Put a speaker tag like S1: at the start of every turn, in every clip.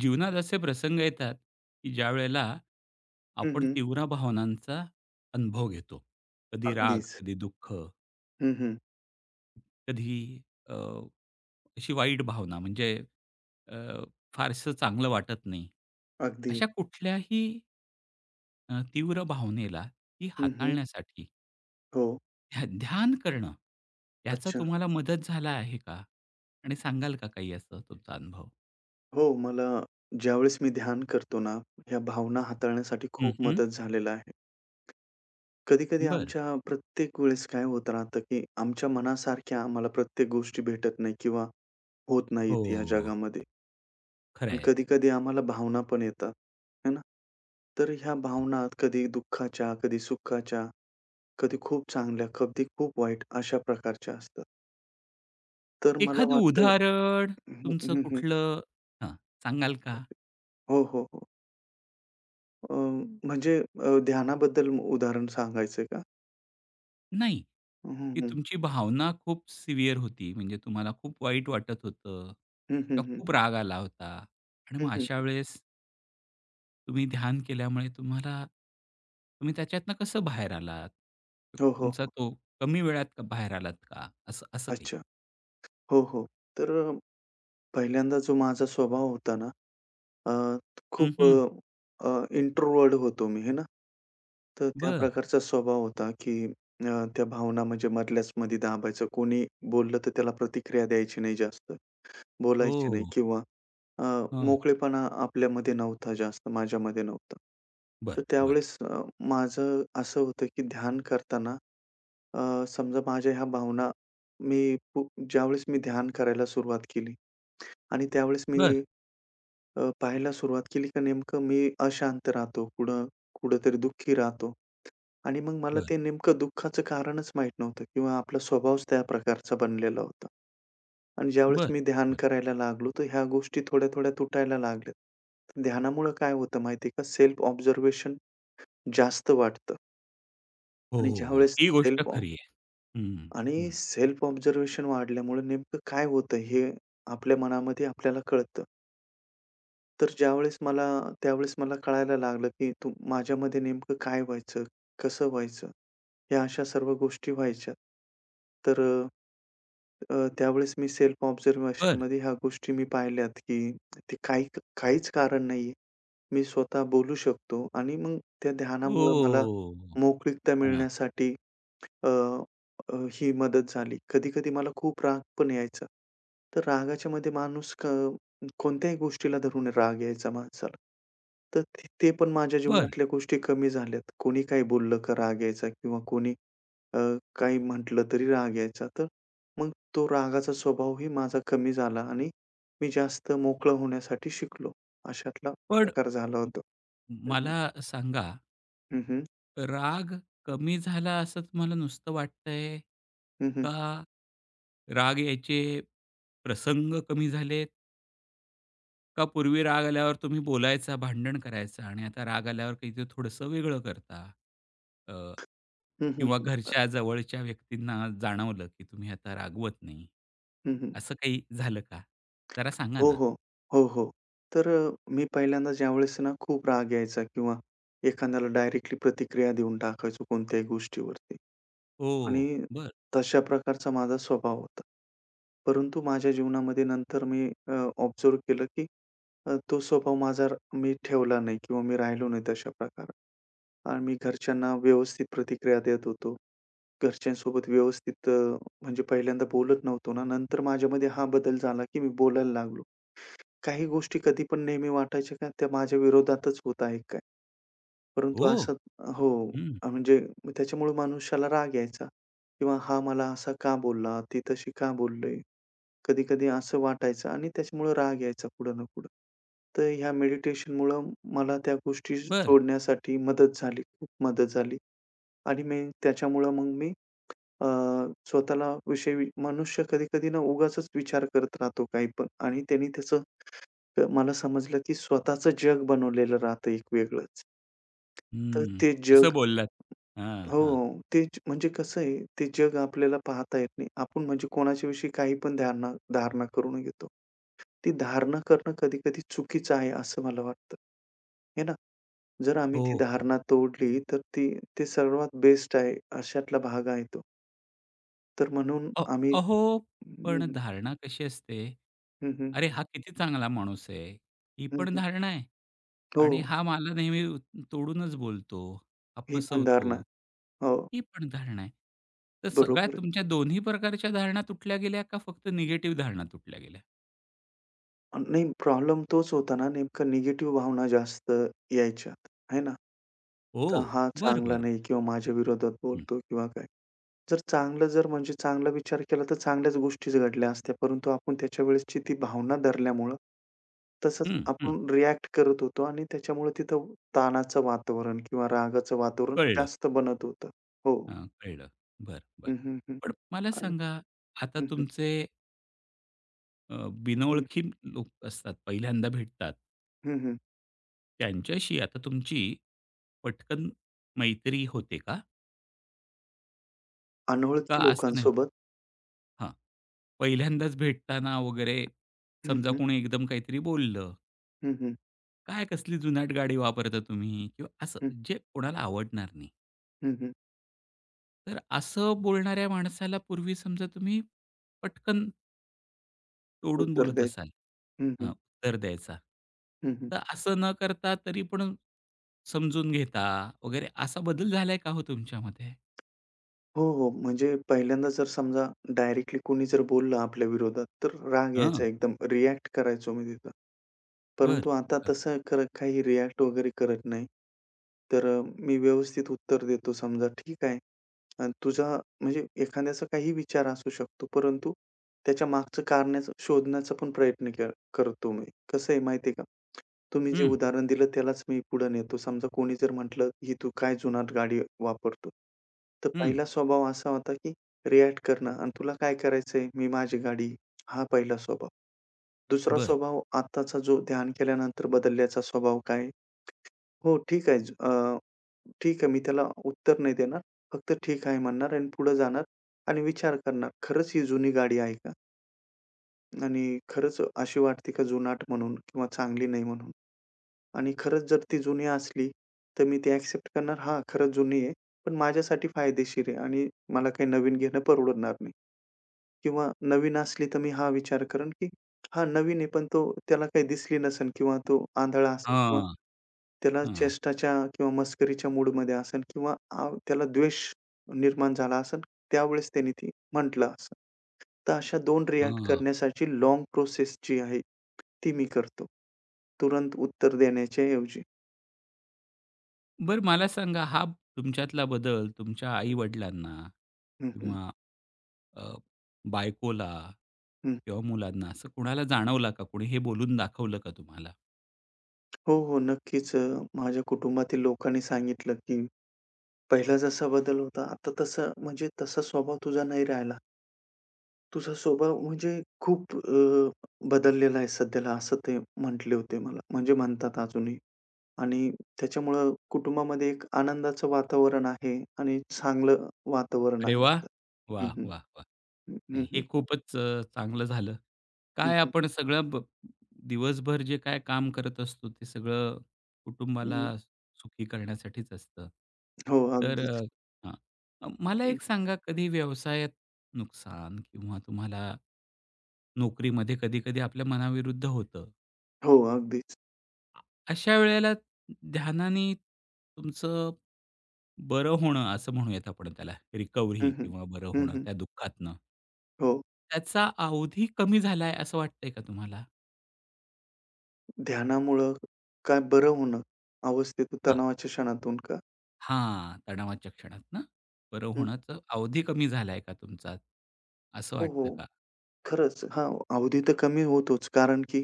S1: जीवनात असे प्रसंग येतात, की ज्यावेळेला
S2: हं,
S1: आपण
S2: हं.
S1: तीव्र भावनांचा अनुभव घेतो. कधी राग,
S2: अगदीच.
S1: कधी दुःख,
S2: हं, हं.
S1: कधी अ, अशी वाईट भावना म्हणजे अ, फारसं चांगलं वाटत नाही.
S2: अगदी.
S1: अशा कुठल्याही तीव्र भावनेला ती
S2: हं, हं.
S1: हाताळण्यासाठी
S2: हो.
S1: ध्यान करणं, याचा
S2: अच्छा.
S1: तुम्हाला मदत झाला आहे का? आणि सांगाल का काही असं तुमचा अनुभव?
S2: हो, मला ज्यावेळेस मी ध्यान करतो ना, ह्या भावना हाताळण्यासाठी
S1: हं,
S2: खूप
S1: हं.
S2: मदत झालेला आहे. कधी-कधी
S1: बरं.
S2: आमच्या प्रत्येक वेळेस काय होत राहतं, की आमच्या मनासारख्या आम्हाला प्रत्येक गोष्टी भेटत नाही किंवा होत नाहीत या
S1: हो,
S2: जगामध्ये. आणि
S1: खरं
S2: कधी-कधी आम्हाला भावना पण येतात, है ना? तर ह्या
S1: हो.
S2: भावना कधी दुःखाच्या, कधी सुखाच्या, कधी खूप चांगल्या, कधी खूप वाईट अशा प्रकारच्या असतात. तर मला
S1: एखादं
S2: वाटतंय.
S1: उदाहरण
S2: हं,
S1: तुमचं
S2: हं, हं.
S1: कुठलं, हां, सांगाल का?
S2: हो, हो, हो. अ, हं. म्हणजे अ, ध्यानाबद्दल उदाहरण सांगायचंय का?
S1: नाही.
S2: हं,
S1: की
S2: हं.
S1: तुमची भावना खूप सिव्हिअर होती. म्हणजे तुम्हाला खूप वाईट वाटत होतं
S2: हं,
S1: किंवा
S2: हं, हं.
S1: खूप राग आला होता आणि
S2: हं,
S1: मग
S2: हं.
S1: अशा वेळेस तुम्ही ध्यान केल्यामुळे तुम्हाला, तुम्ही त्याच्यातनं कसं बाहेर आलात?
S2: हो, हो,
S1: तुमचा
S2: हो.
S1: तो कमी वेळात का बाहेर आलात का? असं असं काही?
S2: अच्छा. हो, हो. तर पहिल्यांदा जो माझा स्वभाव होता ना, अ,
S1: हं,
S2: खूप
S1: हं.
S2: अ, अ, इंट्रोवर्ट होतो मी, हे ना. तर त्या
S1: बरं.
S2: प्रकारचा स्वभाव होता, की त्या भावना म्हणजे मधल्याच मध्ये दाबायचं. कोणी बोललं तर त्याला प्रतिक्रिया द्यायची नाही जास्त. बोलायचे
S1: हो.
S2: नाही किंवा अ,
S1: हां.
S2: मोकळेपणा आपल्यामध्ये नव्हता जास्त, माझ्यामध्ये नव्हता. तर
S1: बरं, बरं.
S2: त्यावेळेस माझं असं होतं की ध्यान करताना समजा माझ्या ह्या भावना मी पु ज्यावेळेस मी ध्यान करायला सुरुवात केली आणि त्यावेळेस
S1: बरं,
S2: मी पाहायला सुरुवात केली का नेमकं मी अशांत राहतो, कुठं कुठेतरी दुःखी राहतो आणि मग मला
S1: बरं,
S2: ते नेमकं दुःखाचं कारणच माहीत नव्हतं किंवा आपला स्वभावच त्या प्रकारचा बनलेला होता. आणि ज्यावेळेस
S1: बरं,
S2: मी ध्यान
S1: बरं.
S2: करायला लागलो, तर ह्या गोष्टी थोड्या-थोड्या तुटायला लागल्या. ध्यानामुळं काय होतं माहिती का? सेल्फ ऑब्झर्वेशन जास्त वाढतं
S1: हो,
S2: आणि
S1: हो, हो.
S2: ज्यावेळेस
S1: ही गोष्ट
S2: सेल्फ ऑ
S1: खरी आहे. हं,
S2: आणि
S1: हं.
S2: सेल्फ ऑब्झर्वेशन वाढल्यामुळे नेमकं काय होतं हे आपल्या मनामध्ये आपल्याला कळतं. तर ज्यावेळेस मला त्यावेळेस मला कळायला लागलं, की तू माझ्यामध्ये नेमकं काय व्हायचं? कसं व्हायचं? या अशा सर्व गोष्टी व्हायच्या. तर अ, अ, त्यावेळेस मी सेल्फ
S1: बरं.
S2: ऑब्झर्वेशनमध्ये ह्या गोष्टी मी पाहिल्यात, की ते काही काहीच कारण नाहीये. मी स्वतः बोलू शकतो आणि मग त्या ध्यानामुळं मला
S1: ओह!
S2: मोकळीकता
S1: हां.
S2: मिळण्यासाठी अ, अ, ही मदत झाली. कधी-कधी मला खूप राग पण यायचा. तर रागाच्यामध्ये माणूस क कोणत्याही गोष्टीला धरून राग यायचा माणसाला. तर ते ते पण माझ्या
S1: बरं.
S2: जीवनातल्या गोष्टी कमी झाल्यात. कोणी काही बोललं का राग यायचा किंवा कोणी अ, काही म्हटलं तरी राग यायचा. तर मग तो रागाचा स्वभावही माझा कमी झाला आणि मी जास्त मोकळं होण्यासाठी शिकलो. अशातला
S1: पण
S2: प्रकार झाला होता.
S1: म मला सांगा,
S2: हं, हं.
S1: राग कमी झाला असं तुम्हाला नुसतं वाटतंय?
S2: हं, हं.
S1: का राग यायचे प्रसंग कमी झालेत? का पूर्वी राग आल्यावर तुम्ही बोलायचा, भांडण करायचा आणि आता राग आल्यावर काहीतरी थोडंसं वेगळं करता? अ,
S2: हं, हं.
S1: किंवा
S2: हं, हं.
S1: घरच्या जवळच्या व्यक्तींना जाणवलं, की तुम्ही आता रागवत नाही. असं काही झालं का? जरा सांगा
S2: हो,
S1: ना.
S2: हो. हो, हो. तर मी पहिल्यांदा ज्यावेळेस ना खूप राग यायचा किंवा एखाद्याला डायरेक्टली प्रतिक्रिया देऊन टाकायचो कोणत्याही गोष्टीवरती
S1: ओह!
S2: आणि
S1: बरं.
S2: तशा प्रकारचा माझा स्वभाव होता. परंतु माझ्या जीवनामध्ये नंतर मी ऑब्झर्व्ह केलं की तो स्वभाव माझा मी ठेवला नाही किंवा मी राहिलो नाही तशा प्रकारे. आणि मी घरच्यांना व्यवस्थित प्रतिक्रिया देत होतो. घरच्यांसोबत व्यवस्थित म्हणजे पहिल्यांदा बोलत नव्हतो ना. नंतर माझ्यामध्ये हा बदल झाला की मी बोलायला लागलो. काही गोष्टी कधी पण नेहमी वाटायच्या का त्या माझ्या विरोधातच होत आहेत काय? परंतु
S1: ओह!
S2: असं. हो,
S1: हं.
S2: म्हणजे त्याच्यामुळे मनुष्याला राग यायचा किंवा हा मला असा का बोलला? ती तशी का बोलली? कधी-कधी असं वाटायचं आणि त्याच्यामुळे राग यायचा कुठं ना कुठं. तर ह्या मेडिटेशनमुळं मला त्या गोष्टी
S1: बरं.
S2: सोडण्यासाठी मदत झाली, खूप मदत झाली आणि मी त्याच्यामुळं मग मी अ, मनुष्य कधी-कधी ना उगाचच विचार करत राहतो काही पण आणि त्यांनी त्याचं. तर मला समजलं की स्वतःचं जग बनवलेलं राहतं एक वेगळंच. तर
S1: हं.
S2: ते
S1: कसं
S2: जग.
S1: बोललात? हां,
S2: हो,
S1: हां.
S2: हो, म्हणजे कसं आहे, ते जग आपल्याला पाहता येत नाही. आपण म्हणजे कोणाच्याविषयी काही पण धारणा धारणा करून घेतो. ती धारणा करणं कधी-कधी चुकीचं आहे असं मला वाटतं. हे ना? जर आम्ही
S1: हो,
S2: ती
S1: हो.
S2: धारणा तोडली तर ती ते सर्वात बेस्ट आहे, अशातला भाग आहे तो. तर म्हणून
S1: अ
S2: आम्ही.
S1: अहो,
S2: हं,
S1: पण
S2: हं.
S1: धारणा कशी असते?
S2: हं, हं.
S1: अरे, हा किती चांगला माणूस आहे. ही
S2: हं,
S1: पण
S2: हं.
S1: धारणा आहे. आणि
S2: हो,
S1: हा मला नेहमी तोडूनच बोलतो, हा
S2: ही पण
S1: फसवतो,
S2: धारणा. हो,
S1: ही पण धारणा आहे. तर सगळ्या
S2: बरोबर आहे.
S1: तुमच्या दोन्ही प्रकारच्या धारणा तुटल्या गेल्या का फक्त निगेटिव्ह धारणा तुटल्या गेल्या?
S2: अन नाही प्रॉब्लेम तोच होता ना नेमका निगेटिव्ह भावना जास्त यायच्यात, है ना?
S1: हो.
S2: का हा
S1: बरं,
S2: चांगला
S1: बरं, बरं.
S2: नाही किंवा माझ्या विरोधात
S1: हं,
S2: बोलतो किंवा काय. जर चांगलं जर म्हणजे चांगला विचार केला तर चांगल्याच गोष्टीच घडल्या असत्या. परंतु आपण त्याच्या वेळेसची ती भावना धरल्यामुळं तसंच
S1: हं, हं.
S2: आपण रिएक्ट करत होतो आणि त्याच्यामुळे तिथं ताणाचं वातावरण किंवा रागाचं वातावरण
S1: कळलं.
S2: जास्त बनत होतं. हो.
S1: हां, कळलं. बरं, बरं.
S2: हं, हं, हं.
S1: पण मला
S2: आणि
S1: सांगा, आता
S2: हं, हं,
S1: तुमचे
S2: हं,
S1: बिनओळखी लोक असतात, पहिल्यांदा भेटतात,
S2: हं, हं.
S1: त्यांच्याशी आता तुमची पटकन मैत्री होते का? का
S2: अनोळखी
S1: असं नाही होत?
S2: लोकांसोबत
S1: हां. पहिल्यांदाच भेटताना वगैरे
S2: हं,
S1: समजा
S2: हं,
S1: कोणी एकदम काहीतरी बोललं,
S2: हं, हं,
S1: "काय कसली जुनाट गाडी वापरता तुम्ही?" किंवा असं
S2: हं,
S1: जे कोणाला आवडणार नाही.
S2: हं, हं.
S1: तर असं बोलणाऱ्या माणसाला पूर्वी समजा तुम्ही पटकन तोडून
S2: उत्तर
S1: बोलत
S2: द्यायचं.
S1: असाल.
S2: हं,
S1: हां,
S2: हं,
S1: उत्तर द्यायचा.
S2: हं, हं.
S1: तर असं न करता तरी पण समजून घेता वगैरे असा बदल झालाय का हो तुमच्यामध्ये?
S2: हो, हो. म्हणजे पहिल्यांदा जर समजा डायरेक्टली कोणी जर बोललं आपल्या विरोधात, तर राग
S1: हां,
S2: यायचा एकदम. रिएक्ट करायचो मी तिथं.
S1: बरं,
S2: परंतु आता
S1: बरं.
S2: तसं कर काही रिएक्ट वगैरे करत नाही. तर मी व्यवस्थित उत्तर देतो समजा, "ठीक आहे." अ, तुझा म्हणजे एखाद्याचा काही विचार असू शकतो, परंतु त्याच्या मागचं कारणाचं शोधण्याचा पण प्रयत्न के करतो मी. कसं आहे माहिती का? तुम्ही जे
S1: हं,
S2: उदाहरण दिलं त्यालाच मी पुढे नेतो. समजा कोणी जर म्हटलं, "ही तू काय जुनाट गाडी वापरतो?" तर
S1: हं.
S2: पहिला स्वभाव असा होता की रिएक्ट करणं आणि "तुला काय करायचंय? मी माझी गाडी." हा पहिला स्वभाव. दुसरा
S1: बरं.
S2: स्वभाव आत्ताचा जो ध्यान केल्यानंतर बदलल्याचा स्वभाव काय? हो, ठीक आहे. अ, ठीक आहे. मी त्याला उत्तर नाही देणार. फक्त ठीक आहे म्हणणार आणि पुढे जाणार आणि विचार करणार, खरंच ही जुनी गाडी आहे का? आणि खरंच अशी वाटते का जुनाट म्हणून किंवा चांगली नाही म्हणून? आणि खरंच जर ती जुनी असली, तर मी ती ॲक्सेप्ट करणार, हां, खरंच जुनी आहे, पण माझ्यासाठी फायदेशीर आहे आणि मला काही नवीन घेणं परवडणार नाही. किंवा नवीन असली तर मी हा विचार करेन, की हा नवीन आहे, पण तो त्याला काही दिसली नसेल किंवा तो आंधळा असेल किंवा
S1: हां,
S2: त्याला
S1: हां,
S2: चेष्टाच्या किंवा मस्करीच्या मूडमध्ये असेल किंवा त्याला द्वेष निर्माण झाला असेल, त्यावेळेस त्याने ती म्हटलं असेल. तर अशा 2 रिएक्ट
S1: हां.
S2: करण्यासाठी लाँग प्रोसेस जी आहे, ती मी करतो. तुरंत उत्तर देण्याच्या ऐवजी.
S1: बरं, मला सांगा, हा तुमच्यातला बदल तुमच्या आई-वडिलांना
S2: हं, हं,
S1: किंवा अ, बायकोला
S2: हं.
S1: किंवा मुलांना असं कोणाला जाणवला का? कोणी हे बोलून दाखवलं का तुम्हाला?
S2: हो, हो. नक्कीच माझ्या कुटुंबातील लोकांनी सांगितलं, की पहिला जसा बदल होता, आता तसं म्हणजे तसा स्वभाव तुझा नाही राहिला. तुझा स्वभाव म्हणजे खूप बदललेला आहे सध्याला, असं ते म्हटले होते मला. म्हणजे म्हणतात अजूनही. आणि त्याच्यामुळं कुटुंबामध्ये एक आनंदाचं वातावरण आहे आणि चांगलं वातावरण
S1: अरे
S2: आहे
S1: वाह!
S2: आता. हं,
S1: वाह,
S2: हं.
S1: वाह, वाह!
S2: हं, हं,
S1: नाही, हे
S2: हं.
S1: खूपच चांगलं झालं.
S2: हं,
S1: काय
S2: हं.
S1: आपण सगळं दिवसभर जे काय काम करत असतो, ते सगळं कुटुंबाला
S2: हं.
S1: सुखी करण्यासाठीच असतं.
S2: हो,
S1: तर
S2: अगदीच.
S1: हां. मला
S2: हं.
S1: एक सांगा, कधी व्यवसायात नुकसान किंवा तुम्हाला नोकरीमध्ये कधी-कधी आपल्या मनाविरुद्ध होतं.
S2: हो, अगदीच.
S1: अ, अशा वेळेला ध्यानाने तुमचं बरं होणं, असं म्हणूयात आपण त्याला,
S2: हं,
S1: रिकव्हरी
S2: हं.
S1: किंवा बरं
S2: हं,
S1: होणं
S2: हं.
S1: त्या दुःखातनं.
S2: हो.
S1: त्याचा अवधी कमी झालाय असं वाटतंय का तुम्हाला?
S2: ध्यानामुळं काय बरं होणं, अवस्थेतून
S1: हां,
S2: तणावाच्या क्षणातून का?
S1: हां, तणावाच्या क्षणात ना? बरं
S2: हं.
S1: होण्याचा अवधी कमी झालाय का तुमचा? असं
S2: हो, हो.
S1: वाटतं का?
S2: खरंच. हां, अवधी तर कमी होतोच. कारण की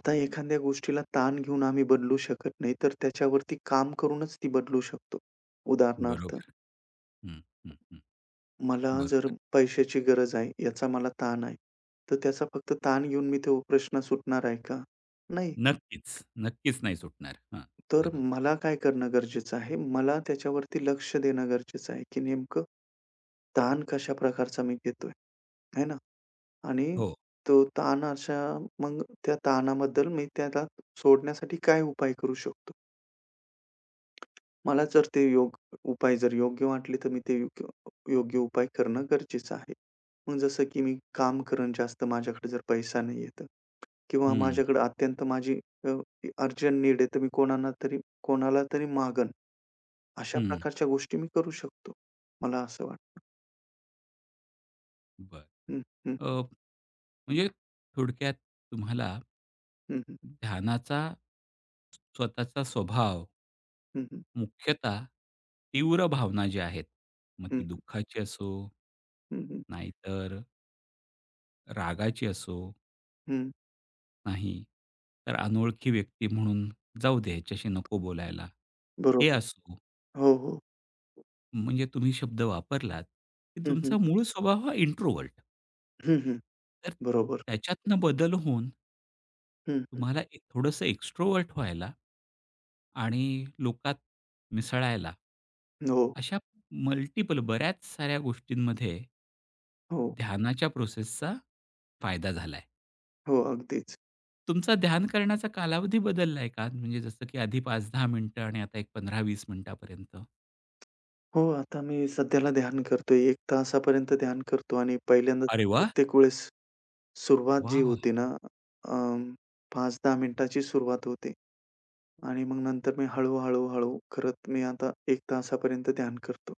S2: आता एखाद्या गोष्टीला ताण घेऊन आम्ही बदलू शकत नाही, तर त्याच्यावरती काम करूनच ती बदलू शकतो. उदाहरणार्थ,
S1: बरोबर. हं, हं, हं.
S2: मला जर
S1: बरोबर.
S2: पैशाची गरज आहे, याचा मला ताण आहे, तर त्याचा फक्त ताण घेऊन मी तो प्रश्न सुटणार आहे का? नाही.
S1: नक्कीच, नक्कीच नाही सुटणार. हां,
S2: तर
S1: बरोबर.
S2: मला काय करणं गरजेचं आहे? मला त्याच्यावरती लक्ष देणं गरजेचं आहे, की नेमकं ताण कशा प्रकारचा मी घेतोय, आहे ना? आणि
S1: हो.
S2: तो ताण अशा मग त्या ताणाबद्दल मी त्याला सोडण्यासाठी काय उपाय करू शकतो? मला जर ते योग उपाय जर योग्य वाटले, तर मी ते योग्य योग्य उपाय करणं गरजेचं आहे. मग जसं की मी काम करेन जास्त माझ्याकडे जर पैसा नाहीये तर किंवा
S1: हं,
S2: माझ्याकडे अत्यंत माझी अर्जंट नीड आहे, तर मी कोणाला तरी मागेन. अशा
S1: हं.
S2: प्रकारच्या गोष्टी मी करू शकतो. मला असं वाटतं.
S1: बरं.
S2: हं, हं,
S1: अ, म्हणजे थोडक्यात तुम्हाला
S2: हं, हं,
S1: ध्यानाचा, स्वतःचा स्वभाव,
S2: हं, हं,
S1: मुख्यतः तीव्र भावना ज्या आहेत, मग ती
S2: हं,
S1: दुःखाची असो,
S2: हं, हं,
S1: नाहीतर रागाची असो,
S2: हं.
S1: नाही तर अनोळखी व्यक्ती म्हणून जाऊ दे ह्याच्याशी नको बोलायला. हे
S2: बरोबर.
S1: असो,
S2: हो, हो.
S1: म्हणजे तुम्ही शब्द वापरलात, की
S2: हं, हं.
S1: तुमचा मूळ स्वभाव हा इंट्रोवर्ट,
S2: हं, हं.
S1: तर
S2: बरोबर.
S1: त्याच्यातनं बदल होऊन
S2: हं, हं.
S1: तुम्हाला एक थोडंसं एक्स्ट्रोव्हर्ट व्हायला आणि लोकात मिसळायला,
S2: हो,
S1: अशा मल्टिपल बऱ्याच साऱ्या गोष्टींमध्ये
S2: हो,
S1: ध्यानाच्या प्रोसेसचा फायदा झालाय.
S2: हो. अगदीच.
S1: तुमचा ध्यान करण्याचा कालावधी बदललाय का? म्हणजे जसं की आधी 5-10 मिनिटं आणि आता एक 15-20 मिनिटापर्यंत?
S2: हो, आता मी सध्याला ध्यान करतोय. 1 तासापर्यंत ध्यान करतो आणि पहिल्यांदा तर
S1: अरे वाह!
S2: प्रत्येक वेळेस सुरुवात जी
S1: वाह, वाह!
S2: होती ना, अं, 5-10 मिनिटाची सुरुवात होते आणि मग नंतर मी हळू-हळू, हळू करत मी आता 1 तासापर्यंत ध्यान करतो.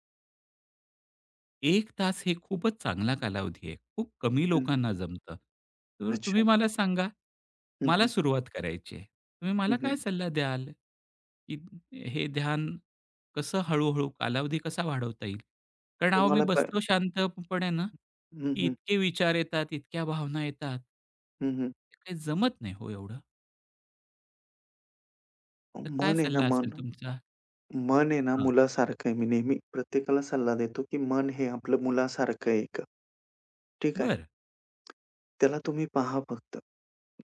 S1: एक तास हे खूपच चांगला कालावधी आहे. खूप कमी
S2: हं.
S1: लोकांना जमतं. तर तुम्ही
S2: अच्छा.
S1: मला सांगा,
S2: हं,
S1: मला
S2: हं.
S1: सुरुवात करायची आहे. तुम्ही मला
S2: हं, हं.
S1: काय सल्ला द्याल? की हे ध्यान कसं, हळू कालावधी कसा वाढवता येईल? कारण अहो मी
S2: तुम्हाला पण
S1: बसलो शांतपणे ना,
S2: हं,
S1: की
S2: हं.
S1: इतके विचार येतात, इतक्या भावना येतात.
S2: हं, हं.
S1: ते काही जमत नाही हो एवढं. तर काय
S2: मन आहे ना,
S1: सल्ला
S2: मन
S1: असेल तुमचा?
S2: मन आहे ना
S1: हां.
S2: मुलासारखं आहे. मी नेहमी प्रत्येकाला सल्ला देतो, की मन हे आपलं मुलासारखं आहे. ठीक आहे.
S1: बरं,
S2: त्याला तुम्ही पहा फक्त.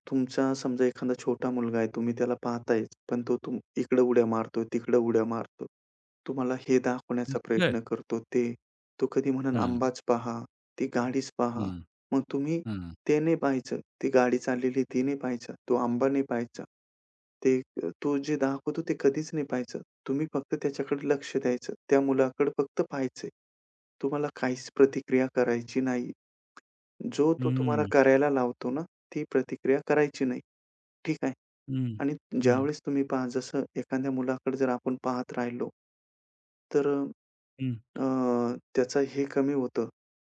S2: तुमचा समजा एखादा छोटा मुलगा आहे, तुम्ही त्याला पाहताय, पण तो तुम इकडं उड्या मारतोय, तिकडं उड्या मारतो. तुम्हाला हे दाखवण्याचा
S1: बरं.
S2: प्रयत्न करतो ते. तो कधी म्हणेल
S1: हां, हां,
S2: आंबाच पहा, ती गाडीच पहा.
S1: हां.
S2: मग तुम्ही ते नाही पाहायचं. ती गाडी चाललेली ती नाही पाहायचं. तो आंबा नाही पाहायचा. ते तो जे दाखवतो ते कधीच नाही पाहायचं. तुम्ही फक्त त्याच्याकडे लक्ष द्यायचं. त्या मुलाकडे फक्त पाहायचंय. तुम्हाला काहीच प्रतिक्रिया करायची नाही. जो तो तुम्हाला
S1: हं,
S2: करायला लावतो ना, ती प्रतिक्रिया करायची नाही. ठीक आहे.
S1: हं,
S2: आणि
S1: हं,
S2: ज्यावेळेस तुम्ही पहा जसं एखाद्या मुलाकडे जर आपण पाहत राहिलो, तर
S1: हं.
S2: अ, त्याचं हे कमी होतं.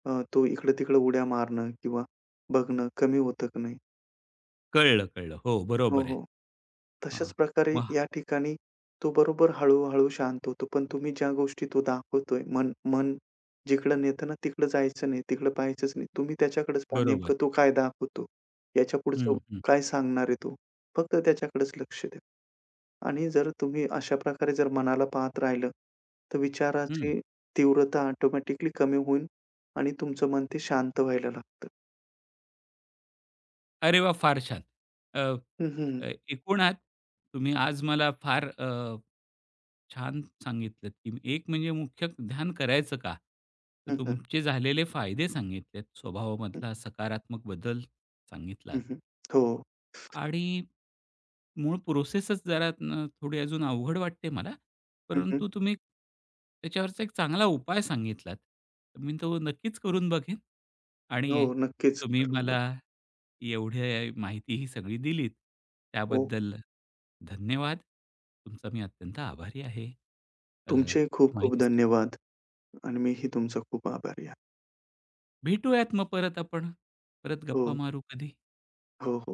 S2: तो इकडं-तिकडं उड्या मारणं किंवा बघणं कमी होतं की नाही?
S1: कळलं, कळलं. हो,
S2: हो,
S1: बरोबर आहे.
S2: हो.
S1: हां.
S2: तशाच प्रकारे
S1: मग
S2: या ठिकाणी तो बरोबर हळू-हळू शांत होतो. पण तुम्ही ज्या गोष्टी तो दाखवतोय, मन मन जिकडं नेतं ना, तिकडं जायचं नाही, तिकडं पाहायचंच नाही. तुम्ही त्याच्याकडेच पहा
S1: बरोबर.
S2: नेमकं तो काय दाखवतो, याच्या
S1: हं,
S2: पुढचं
S1: हं,
S2: काय सांगणार आहे तो. फक्त त्याच्याकडेच लक्ष द्या. आणि जर तुम्ही अशा प्रकारे जर मनाला पाहत राहिलं, तर
S1: हं.
S2: विचाराची तीव्रता ऑटोमॅटिकली कमी होईल आणि तुमचं मन ते शांत व्हायला लागतं.
S1: अरे वाह! फार छान. अ,
S2: हं, हं.
S1: अ, एकूणात तुम्ही आज मला फार छान सांगितलत, की एक म्हणजे मुख्य ध्यान करायचं का? तर
S2: हं, हं.
S1: तुमचे झालेले फायदे सांगितलेत,
S2: हं,
S1: स्वभावामधला सकारात्मक बदल सांगितलात.
S2: हं. हं. हो.
S1: आणि मूळ प्रोसेसच जरा थोडी अजून अवघड वाटते मला.
S2: हं, हं.
S1: परंतु तुम्ही त्याच्यावरचा एक चांगला उपाय सांगितलात. तर मी तो नक्कीच करून बघेन.
S2: हो,
S1: आणि
S2: नक्कीच.
S1: तुम्ही
S2: करून बघा.
S1: मला एवढी माहिती ही सगळी दिलीत,
S2: हो.
S1: त्याबद्दल धन्यवाद. तुमचा मी अत्यंत आभारी आहे. अ, ही
S2: तुमचे खूप खूप
S1: माहिती सांग
S2: धन्यवाद आणि मीही तुमचा खूप आभारी आहे.
S1: भेटूयात मग परत आपण. परत गप्पा
S2: हो.
S1: मारू कधी.
S2: हो, हो.